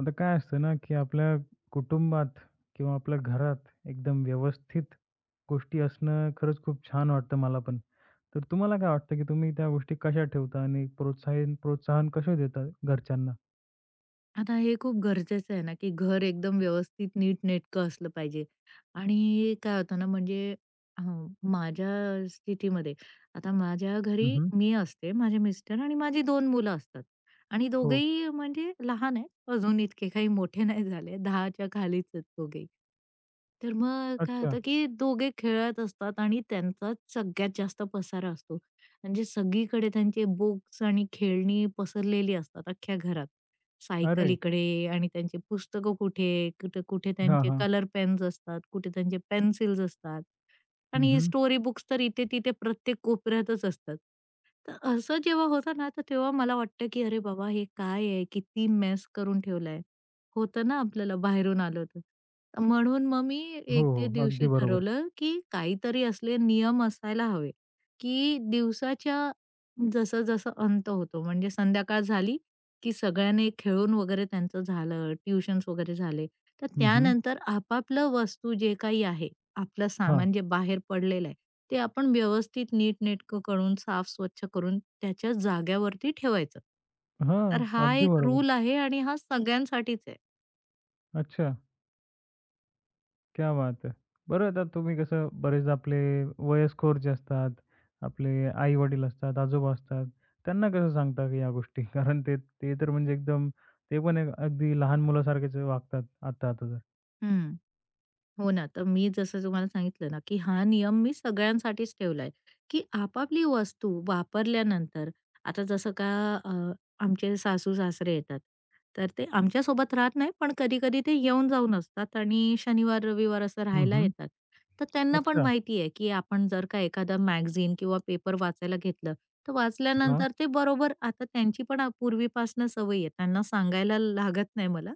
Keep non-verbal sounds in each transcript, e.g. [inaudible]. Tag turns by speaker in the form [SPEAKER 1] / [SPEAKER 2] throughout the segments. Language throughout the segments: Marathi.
[SPEAKER 1] आता काय असतं ना, की आपल्या कुटुंबात किंवा आपल्या घरात एकदम व्यवस्थित गोष्टी असणं खरंच खूप छान वाटतं मला पण. तर तुम्हाला काय वाटतं, की तुम्ही त्या गोष्टी कशा ठेवता आणि प्रोत्साहन प्रोत्साहन कसं देता घरच्यांना?
[SPEAKER 2] आता हे खूप गरजेचं आहे ना, की घर एकदम व्यवस्थित नीटनेटकं असलं पाहिजे. आणि काय होतं ना, म्हणजे अ, माझ्या स्थितीमध्ये आता माझ्या घरी
[SPEAKER 1] हं,
[SPEAKER 2] मी असते, माझे मिस्टर आणि माझी दोन मुलं असतात. आणि
[SPEAKER 1] हो.
[SPEAKER 2] दोघेही म्हणजे लहान आहेत. अजून इतके काही मोठे नाही झाले. 10च्या खालीच आहेत दोघेही. तर मग काय
[SPEAKER 1] अच्छा.
[SPEAKER 2] होतं, की दोघे खेळत असतात आणि त्यांचाच सगळ्यात जास्त पसारा असतो. म्हणजे सगळीकडे त्यांचे बुक्स आणि खेळणी पसरलेली असतात अख्ख्या घरात. सायकल
[SPEAKER 1] अरे!
[SPEAKER 2] इकडे आणि त्यांची पुस्तकं कुठे, कुठे
[SPEAKER 1] हां,
[SPEAKER 2] त्यांचे
[SPEAKER 1] हां.
[SPEAKER 2] कलर पेन्स असतात, कुठे त्यांचे पेन्सिल्स असतात आणि
[SPEAKER 1] हं,
[SPEAKER 2] स्टोरी बुक्स तर इथे-तिथे प्रत्येक कोपऱ्यातच असतात. तर असं जेव्हा होतं ना, तर तेव्हा मला वाटतं की "अरे बाबा, हे काय आहे? किती मेस करून ठेवलं आहे." होतं ना आपल्याला बाहेरून आलो तर. म्हणून मग मी
[SPEAKER 1] हो,
[SPEAKER 2] एके
[SPEAKER 1] हो. अगदी
[SPEAKER 2] दिवशी
[SPEAKER 1] बरोबर.
[SPEAKER 2] ठरवलं की काहीतरी असले नियम असायला हवे, की दिवसाच्या जसं-जसं अंत होतो म्हणजे संध्याकाळ झाली की सगळ्यांनी खेळून वगैरे त्यांचं झालं, ट्युशन्स वगैरे झाले. तर
[SPEAKER 1] हं,
[SPEAKER 2] त्यानंतर आपापलं वस्तू जे काही आहे, आपलं
[SPEAKER 1] हां.
[SPEAKER 2] सामान जे बाहेर पडलेलं आहे, ते आपण व्यवस्थित नीटनेटकं करून, साफ-स्वच्छ करून त्याच्या जाग्यावरती ठेवायचं.
[SPEAKER 1] हां.
[SPEAKER 2] तर हा
[SPEAKER 1] अगदी
[SPEAKER 2] एक
[SPEAKER 1] बरोबर.
[SPEAKER 2] रूल आहे आणि हा सगळ्यांसाठीच आहे.
[SPEAKER 1] अच्छा. क्या बात है! बरं आता तुम्ही कसं बरेचदा आपले वयस्कर जे असतात, आपले आई-वडील असतात, आजोबा असतात, त्यांना कसं सांगता की या गोष्टी? [laughs] कारण ते ते तर म्हणजे एकदम ते पण एक अगदी लहान मुलासारखेच वागतात आता आता तर.
[SPEAKER 2] हं. हो ना, तर मी जसं तुम्हाला सांगितलं ना, की हा नियम मी सगळ्यांसाठीच ठेवलाय, की आपापली वस्तू वापरल्यानंतर आता जसं का अ, आमचे सासू-सासरे येतात, तर ते आमच्यासोबत राहत नाही, पण कधी-कधी ते येऊन-जाऊन असतात आणि शनिवार, रविवार असं
[SPEAKER 1] हं,
[SPEAKER 2] राहायला
[SPEAKER 1] हं.
[SPEAKER 2] येतात. तर त्यांना पण
[SPEAKER 1] अच्छा.
[SPEAKER 2] माहिती आहे, की आपण जर का एखादा मॅगझीन किंवा पेपर वाचायला घेतलं, तर
[SPEAKER 1] हां.
[SPEAKER 2] वाचल्यानंतर ते बरोबर आता त्यांची पण पूर्वीपासून सवय आहे. त्यांना सांगायला लागत नाही मला.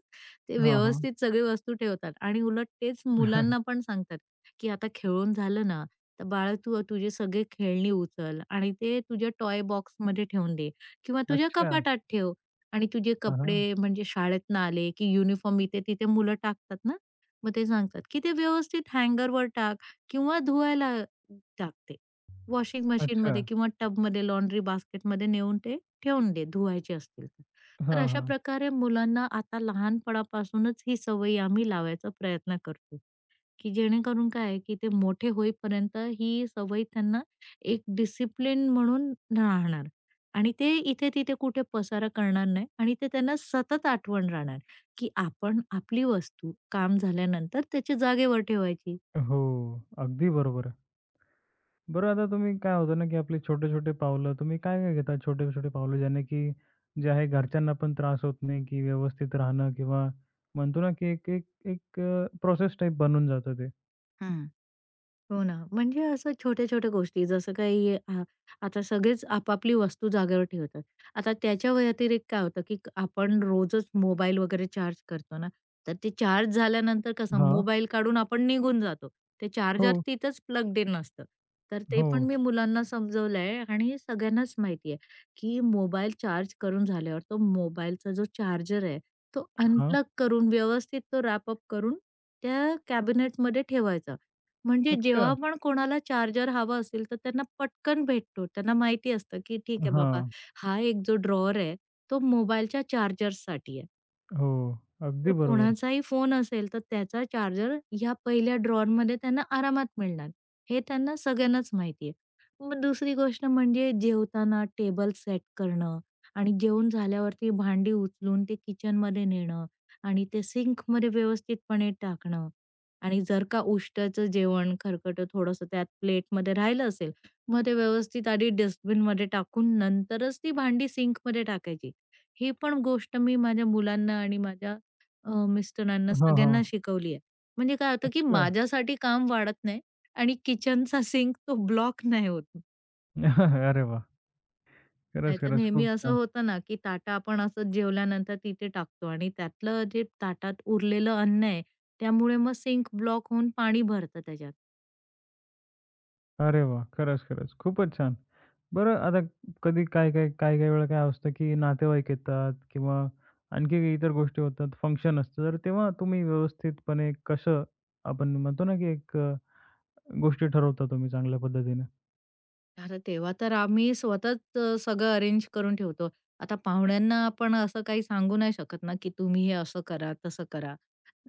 [SPEAKER 2] ते
[SPEAKER 1] हां, हां.
[SPEAKER 2] व्यवस्थित सगळी वस्तू ठेवतात आणि उलट तेच मुलांना
[SPEAKER 1] [laughs]
[SPEAKER 2] पण सांगतात, की "आता खेळून झालं ना, तर बाळा तू तुझे सगळे खेळणी उचल आणि ते तुझ्या टॉय बॉक्समध्ये ठेवून दे किंवा तुझ्या
[SPEAKER 1] अच्छा.
[SPEAKER 2] कपाटात ठेव आणि तुझे
[SPEAKER 1] हां, हां.
[SPEAKER 2] कपडे म्हणजे शाळेतनं आले, की युनिफॉर्म इथे-तिथे मुलं टाकतात ना, मग ते सांगतात, की ते व्यवस्थित हँगरवर टाक किंवा धुवायला टाक ते. वॉशिंग
[SPEAKER 1] अच्छा.
[SPEAKER 2] मशीनमध्ये किंवा टबमध्ये, लॉन्ड्री बास्केटमध्ये नेऊन ते ठेवून दे, धुवायचे असतील तर." तर
[SPEAKER 1] हां,
[SPEAKER 2] अशा
[SPEAKER 1] हां.
[SPEAKER 2] प्रकारे मुलांना आता लहानपणापासूनच ही सवय आम्ही लावायचा प्रयत्न करतो, की जेणेकरून काय आहे, की ते मोठे होईपर्यंत ही सवय त्यांना एक डिसिप्लिन म्हणून राहणार आणि ते इथे-तिथे कुठे पसारा करणार नाही आणि ते त्यांना सतत आठवण राहणार, की आपण आपली वस्तू काम झाल्यानंतर त्याची जागेवर ठेवायची.
[SPEAKER 1] हो. अगदी बरोबर आहे. बरं आता तुम्ही काय होतं ना, की आपली छोटे-छोटे पावलं तुम्ही काय-काय घेता छोटे-छोटे पावलं ज्याने की जे आहे घरच्यांना पण त्रास होत नाही, की व्यवस्थित राहणं किंवा म्हणतो ना, की एक एक एक प्रोसेस टाइप बनून जातं ते.
[SPEAKER 2] हो ना. म्हणजे असं छोट्या-छोट्या गोष्टी जसं काही आता सगळेच आपापली वस्तू जागेवर ठेवतात. आता त्याच्या व्यतिरिक्त काय होतं, की आपण रोजच मोबाईल वगैरे चार्ज करतो ना, तर ते चार्ज झाल्यानंतर कसं
[SPEAKER 1] हां.
[SPEAKER 2] मोबाईल काढून आपण निघून जातो. ते
[SPEAKER 1] हो,
[SPEAKER 2] चार्जर तिथंच प्लग्ड इन असतं. तर ते
[SPEAKER 1] हो.
[SPEAKER 2] पण मी मुलांना समजवलंय आणि सगळ्यांनाच माहिती आहे, की मोबाईल चार्ज करून झाल्यावर तो मोबाईलचा जो चार्जर आहे, तो
[SPEAKER 1] हां.
[SPEAKER 2] अनप्लग करून व्यवस्थित तो रॅपअप करून त्या कॅबिनेटमध्ये ठेवायचा. म्हणजे
[SPEAKER 1] अच्छा.
[SPEAKER 2] जेव्हा पण कोणाला चार्जर हवा असेल, तर त्यांना पटकन भेटतो. त्यांना माहिती असतं, की ठीक आहे बाबा,
[SPEAKER 1] हां.
[SPEAKER 2] हा एक जो ड्रॉवर आहे, तो मोबाईलच्या चार्जरसाठी आहे.
[SPEAKER 1] हो. अगदी
[SPEAKER 2] तर
[SPEAKER 1] बरोबर.
[SPEAKER 2] कोणाचाही फोन असेल, तर त्याचा चार्जर ह्या पहिल्या ड्रॉवरमध्ये त्यांना आरामात मिळणार. हे त्यांना सगळ्यांनाच माहिती आहे. मग दुसरी गोष्ट म्हणजे जेवताना टेबल सेट करणं आणि जेवण झाल्यावरती भांडी उचलून ते किचनमध्ये नेणं आणि ते सिंकमध्ये व्यवस्थितपणे टाकणं आणि जर का उष्ट्याचं जेवण खरकटं थोडंसं त्यात प्लेटमध्ये राहिलं असेल, मग ते व्यवस्थित आधी डस्टबिनमध्ये टाकून नंतरच ती भांडी सिंकमध्ये टाकायची. ही पण गोष्ट मी माझ्या मुलांना आणि माझ्या मिस्टरांना
[SPEAKER 1] हां,
[SPEAKER 2] सगळ्यांना
[SPEAKER 1] हां.
[SPEAKER 2] शिकवली आहे. म्हणजे काय होतं, की
[SPEAKER 1] अच्छा.
[SPEAKER 2] माझ्यासाठी काम वाढत नाही आणि किचनचा सिंक तो ब्लॉक नाही होत.
[SPEAKER 1] [laughs] अरे वाह! खरंच,
[SPEAKER 2] नाहीतर
[SPEAKER 1] खरंच.
[SPEAKER 2] नेहमी
[SPEAKER 1] खूप
[SPEAKER 2] असं
[SPEAKER 1] छान.
[SPEAKER 2] होतं ना, की ताटा आपण असंच जेवल्यानंतर तिथे टाकतो आणि त्यातलं जे ताटात उरलेलं अन्न आहे, त्यामुळे मग सिंक ब्लॉक होऊन पाणी भरतं त्याच्यात.
[SPEAKER 1] अरे वाह! खरंच, खरंच. खूपच छान. बरं आता कधी काय-काय, काही-काही वेळा काय असतं, की नातेवाईक येतात किंवा आणखी काही इतर गोष्टी होतात, फंक्शन असतं. तर तेव्हा तुम्ही व्यवस्थितपणे कसं आपण म्हणतो ना, की एक गोष्टी ठरवता तुम्ही चांगल्या पद्धतीने?
[SPEAKER 2] अरे, तेव्हा तर आम्ही स्वतःच सगळं अरेंज करून ठेवतो. आता पाहुण्यांना आपण असं काही सांगू नाही शकत ना, की तुम्ही हे असं करा, तसं करा.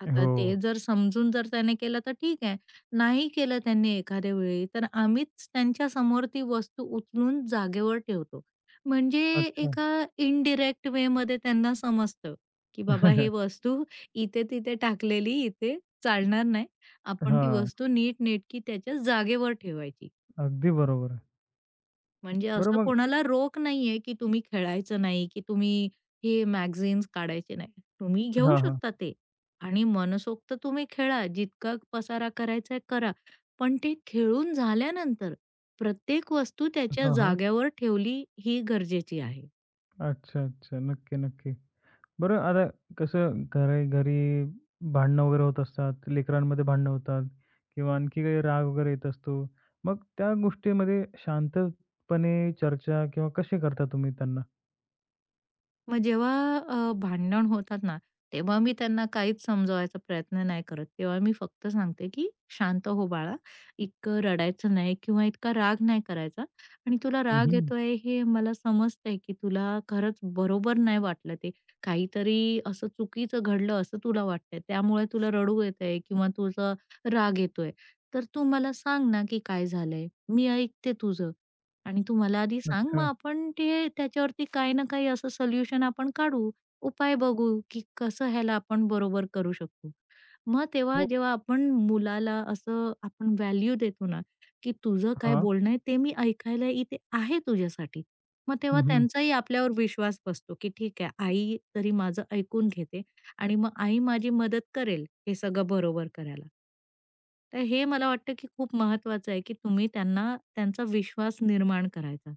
[SPEAKER 2] आता
[SPEAKER 1] हो.
[SPEAKER 2] ते जर समजून जर त्याने केलं तर ठीक आहे. नाही केलं त्यांनी एखाद्या वेळी, तर आम्हीच त्यांच्या समोर ती वस्तू उचलून जागेवर ठेवतो. म्हणजे
[SPEAKER 1] अच्छा.
[SPEAKER 2] एका इनडिरेक्ट वेमध्ये त्यांना समजतं, की बाबा हे
[SPEAKER 1] [laughs]
[SPEAKER 2] वस्तू इथे-तिथे टाकलेली इथे चालणार नाही. आपण ती
[SPEAKER 1] हां.
[SPEAKER 2] वस्तू नीटनेटकी त्याच्या जागेवर ठेवायची.
[SPEAKER 1] अगदी बरोबर आहे.
[SPEAKER 2] म्हणजे
[SPEAKER 1] बरं
[SPEAKER 2] असं
[SPEAKER 1] मग
[SPEAKER 2] कोणाला रोक नाहीये, की तुम्ही खेळायचं नाही, की तुम्ही हे मॅगझीन्स काढायचे नाही. तुम्ही घेऊ
[SPEAKER 1] हां, हां.
[SPEAKER 2] शकता ते आणि मनसोक्त तुम्ही खेळा. जितका पसारा करायचा आहे करा. पण ते खेळून झाल्यानंतर प्रत्येक वस्तू त्याच्या
[SPEAKER 1] हां, हां.
[SPEAKER 2] जाग्यावर ठेवली ही गरजेची आहे.
[SPEAKER 1] अच्छा, अच्छा. नक्की, नक्की. बरं आता कसं घरी घरी भांडणं वगैरे होत असतात, लेकरांमध्ये भांडणं होतात किंवा आणखी काही राग वगैरे येत असतो. मग त्या गोष्टीमध्ये शांतपणे चर्चा किंवा कशी करता तुम्ही त्यांना?
[SPEAKER 2] मग जेव्हा भांडण होतात ना, तेव्हा मी त्यांना काहीच समजवायचा प्रयत्न नाही करत. तेव्हा मी फक्त सांगते, की "शांत हो बाळा, इतकं रडायचं नाही किंवा इतका राग नाही करायचा आणि तुला राग
[SPEAKER 1] हं,
[SPEAKER 2] येतोय हे मला समजतंय, की तुला खरंच बरोबर नाही वाटलं ते. काहीतरी असं चुकीचं घडलं असं तुला वाटतंय. त्यामुळे तुला रडू येतंय किंवा तुझा राग येतोय. तर तू मला सांग ना, की काय झालंय? मी ऐकते तुझं." आणि तू मला आधी सांग, मग
[SPEAKER 1] अच्छा.
[SPEAKER 2] आपण ते त्याच्यावरती काही ना काही असं सोल्युशन आपण काढू, उपाय बघू, की कसं ह्याला आपण बरोबर करू शकतो. मग तेव्हा
[SPEAKER 1] हो.
[SPEAKER 2] जेव्हा आपण मुलाला असं आपण व्हॅल्यू देतो ना, की तुझं काय
[SPEAKER 1] हां.
[SPEAKER 2] बोलणं आहे ते मी ऐकायला इथे आहे तुझ्यासाठी. मग तेव्हा
[SPEAKER 1] हं,
[SPEAKER 2] त्यांचाही आपल्यावर विश्वास बसतो, की ठीक आहे आई तरी माझं ऐकून घेते आणि मग आई माझी मदत करेल हे सगळं बरोबर करायला. तर हे मला वाटतं, की खूप महत्वाचं आहे, की तुम्ही त्यांना त्यांचा विश्वास निर्माण करायचा.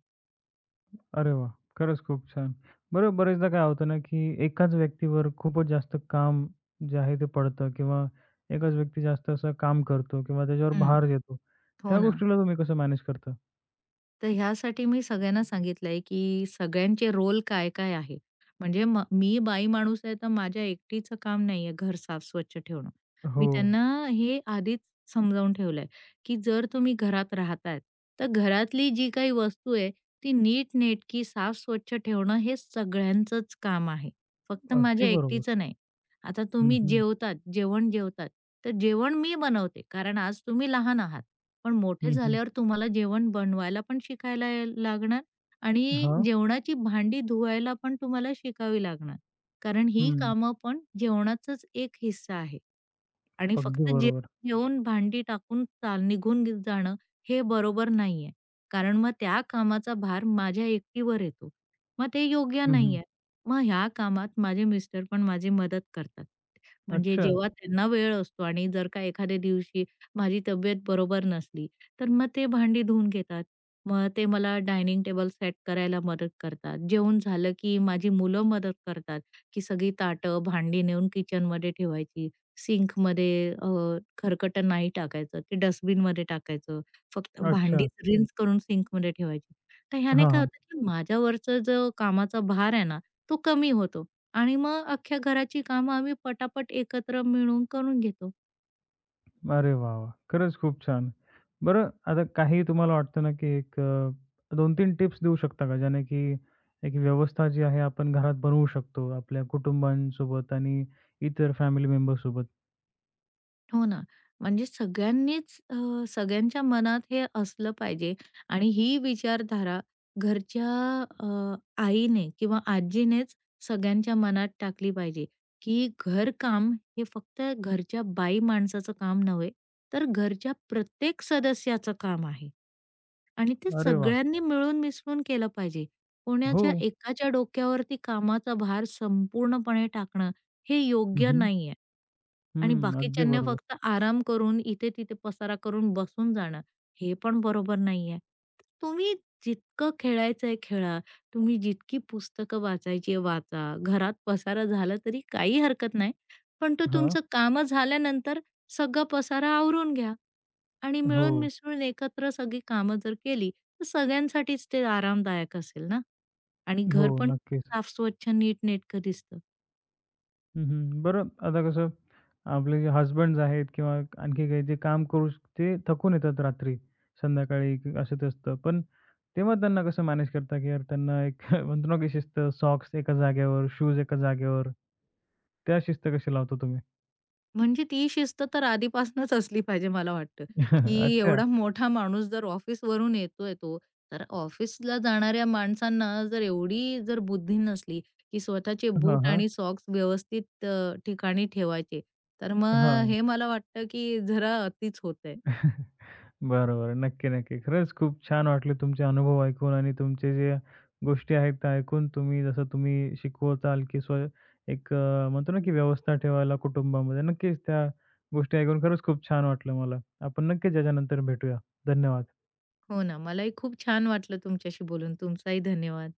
[SPEAKER 1] अरे वाह! खरंच खूप छान. बरं बरेचदा काय होतं ना, की एकाच व्यक्तीवर खूपच जास्त काम जे आहे ते पडतं किंवा एकाच व्यक्ती जास्त असं काम करतो किंवा त्याच्यावर
[SPEAKER 2] हं,
[SPEAKER 1] भार येतो.
[SPEAKER 2] हो
[SPEAKER 1] त्या
[SPEAKER 2] ना.
[SPEAKER 1] गोष्टीला तुम्ही कसं मॅनेज करता?
[SPEAKER 2] तर ह्यासाठी मी सगळ्यांना सांगितलंय, की सगळ्यांचे रोल काय-काय आहे. म्हणजे मी बाई माणूस आहे, तर माझ्या एकटीचं काम नाहीये घर साफ स्वच्छ ठेवणं. मी
[SPEAKER 1] हो.
[SPEAKER 2] त्यांना हे आधीच समजावून ठेवलंय, की जर तुम्ही घरात राहतायत, तर घरातली जी काही वस्तू आहे, ती नीट-नेटकी, साफ-स्वच्छ ठेवणं हे सगळ्यांचंच काम आहे. फक्त
[SPEAKER 1] अगदी
[SPEAKER 2] माझ्या
[SPEAKER 1] बरोबर.
[SPEAKER 2] एकटीचं नाही. आता
[SPEAKER 1] हं,
[SPEAKER 2] तुम्ही
[SPEAKER 1] हं.
[SPEAKER 2] जेवतात, जेवण जेवतात, तर जेवण मी बनवते, कारण आज तुम्ही लहान आहात. पण मोठे
[SPEAKER 1] हं, हं.
[SPEAKER 2] झाल्यावर तुम्हाला जेवण बनवायला पण शिकायला या लागणार आणि
[SPEAKER 1] हां.
[SPEAKER 2] जेवणाची भांडी धुवायला पण तुम्हाला शिकावी लागणार. कारण ही
[SPEAKER 1] हं.
[SPEAKER 2] कामं पण जेवणाचाच एक हिस्सा आहे. आणि
[SPEAKER 1] अगदी
[SPEAKER 2] फक्त जे
[SPEAKER 1] बरोबर.
[SPEAKER 2] घेऊन भांडी टाकून चाल निघून जाणं हे बरोबर नाहीये. कारण मग त्या कामाचा भार माझ्या एकटीवर येतो. मग ते योग्य
[SPEAKER 1] हं, हं.
[SPEAKER 2] नाहीये. मग ह्या कामात माझे मिस्टर पण माझी मदत करतात. म्हणजे
[SPEAKER 1] अच्छा,
[SPEAKER 2] जेव्हा त्यांना वेळ असतो आणि जर का एखाद्या दिवशी माझी तब्येत बरोबर नसली, तर मग ते भांडी धुवून घेतात. मग ते मला डायनिंग टेबल सेट करायला मदत करतात. जेवण झालं की माझी मुलं मदत करतात, की सगळी ताटं, भांडी नेऊन किचनमध्ये ठेवायची. सिंकमध्ये खरकटं नाही टाकायचं, ते डस्टबिनमध्ये टाकायचं. फक्त
[SPEAKER 1] अच्छा.
[SPEAKER 2] भांडीच हं. रिन्स करून सिंकमध्ये ठेवायची. तर ह्याने
[SPEAKER 1] हां,
[SPEAKER 2] काय
[SPEAKER 1] हां.
[SPEAKER 2] होतं की माझ्यावरचा जो कामाचा भार आहे ना, तो कमी होतो आणि मग अख्ख्या घराची कामं आम्ही पटापट एकत्र मिळून करून घेतो.
[SPEAKER 1] अरे वाह, वाह! खरंच खूप छान. बरं आता काही तुम्हाला वाटतं ना, की एक 2-3 टिप्स देऊ शकता का? ज्याने की एक व्यवस्था जी आहे आपण घरात बनवू शकतो आपल्या कुटुंबांसोबत आणि इतर फॅमिली मेंबर्ससोबत.
[SPEAKER 2] हो ना. म्हणजे सगळ्यांनीच सगळ्यांच्या मनात हे असलं पाहिजे आणि ही विचारधारा घरच्या अ, आईने किंवा आजीनेच सगळ्यांच्या मनात टाकली पाहिजे, की घरकाम हे फक्त घरच्या बाई माणसाचं काम नव्हे, तर घरच्या प्रत्येक सदस्याचं काम आहे. आणि ते
[SPEAKER 1] अरे वाह!
[SPEAKER 2] सगळ्यांनी मिळून मिसळून केलं पाहिजे.
[SPEAKER 1] हो.
[SPEAKER 2] कोणाच्या एकाच्या डोक्यावरती कामाचा भार संपूर्णपणे टाकणं हे
[SPEAKER 1] हं,
[SPEAKER 2] योग्य
[SPEAKER 1] हं.
[SPEAKER 2] नाहीये. आणि
[SPEAKER 1] हं. अगदी
[SPEAKER 2] बाकीच्यांनी
[SPEAKER 1] बरोबर.
[SPEAKER 2] फक्त आराम करून इथे-तिथे पसारा करून बसून जाणं, हे पण बरोबर नाहीये. तुम्ही जितकं खेळायचंय खेळा, तुम्ही जितकी पुस्तकं वाचायची वाचा, घरात पसारा झाला तरी काही हरकत नाही. पण तो
[SPEAKER 1] हां.
[SPEAKER 2] तुमचं कामं झाल्यानंतर सगळा पसारा आवरून घ्या. आणि
[SPEAKER 1] हो.
[SPEAKER 2] मिळून मिसळून एकत्र सगळी कामं जर केली, तर सगळ्यांसाठीच ते आरामदायक असेल ना आणि
[SPEAKER 1] हो.
[SPEAKER 2] घर पण
[SPEAKER 1] नक्कीच.
[SPEAKER 2] साफ, स्वच्छ, नीटनेटकं दिसतं.
[SPEAKER 1] हं, हं. बरं आता कसं आपले जे हसबँड्स आहेत किंवा आणखी काही जे काम ते थकून येतात रात्री, असं ते असतं. पण तेव्हा त्यांना कसं मॅनेज करता, की यार त्यांना एक [laughs] म्हणतो ना, की शिस्त सॉक्स एका जागेवर, शूज एका जागेवर, त्या शिस्त कशी लावता तुम्ही?
[SPEAKER 2] म्हणजे ती शिस्त तर आधीपासूनच असली पाहिजे मला वाटतं,
[SPEAKER 1] [laughs]
[SPEAKER 2] की
[SPEAKER 1] अच्छा.
[SPEAKER 2] एवढा मोठा माणूस जर ऑफिसवरून येतोय तो, तर ऑफिसला जाणाऱ्या माणसांना जर एवढी जर बुद्धी नसली, की स्वतःचे
[SPEAKER 1] हां,
[SPEAKER 2] बूट
[SPEAKER 1] हां.
[SPEAKER 2] आणि सॉक्स व्यवस्थित ठिकाणी ठेवायचे, तर मग
[SPEAKER 1] हां.
[SPEAKER 2] हे मला वाटतं, की जरा अतिच होतंय.
[SPEAKER 1] [laughs] बरोबर. नक्की, नक्की. खरंच खूप छान वाटले तुमचे अनुभव ऐकून आणि तुमचे जे गोष्टी आहेत त्या ऐकून. तुम्ही जसं तुम्ही शिकवताल, की एक म्हणतो ना, की व्यवस्था ठेवायला कुटुंबामध्ये. नक्कीच त्या गोष्टी ऐकून खरंच खूप छान वाटलं मला. आपण नक्कीच याच्यानंतर भेटूया. धन्यवाद.
[SPEAKER 2] हो ना, मलाही खूप छान वाटलं तुमच्याशी बोलून. तुमचाही धन्यवाद.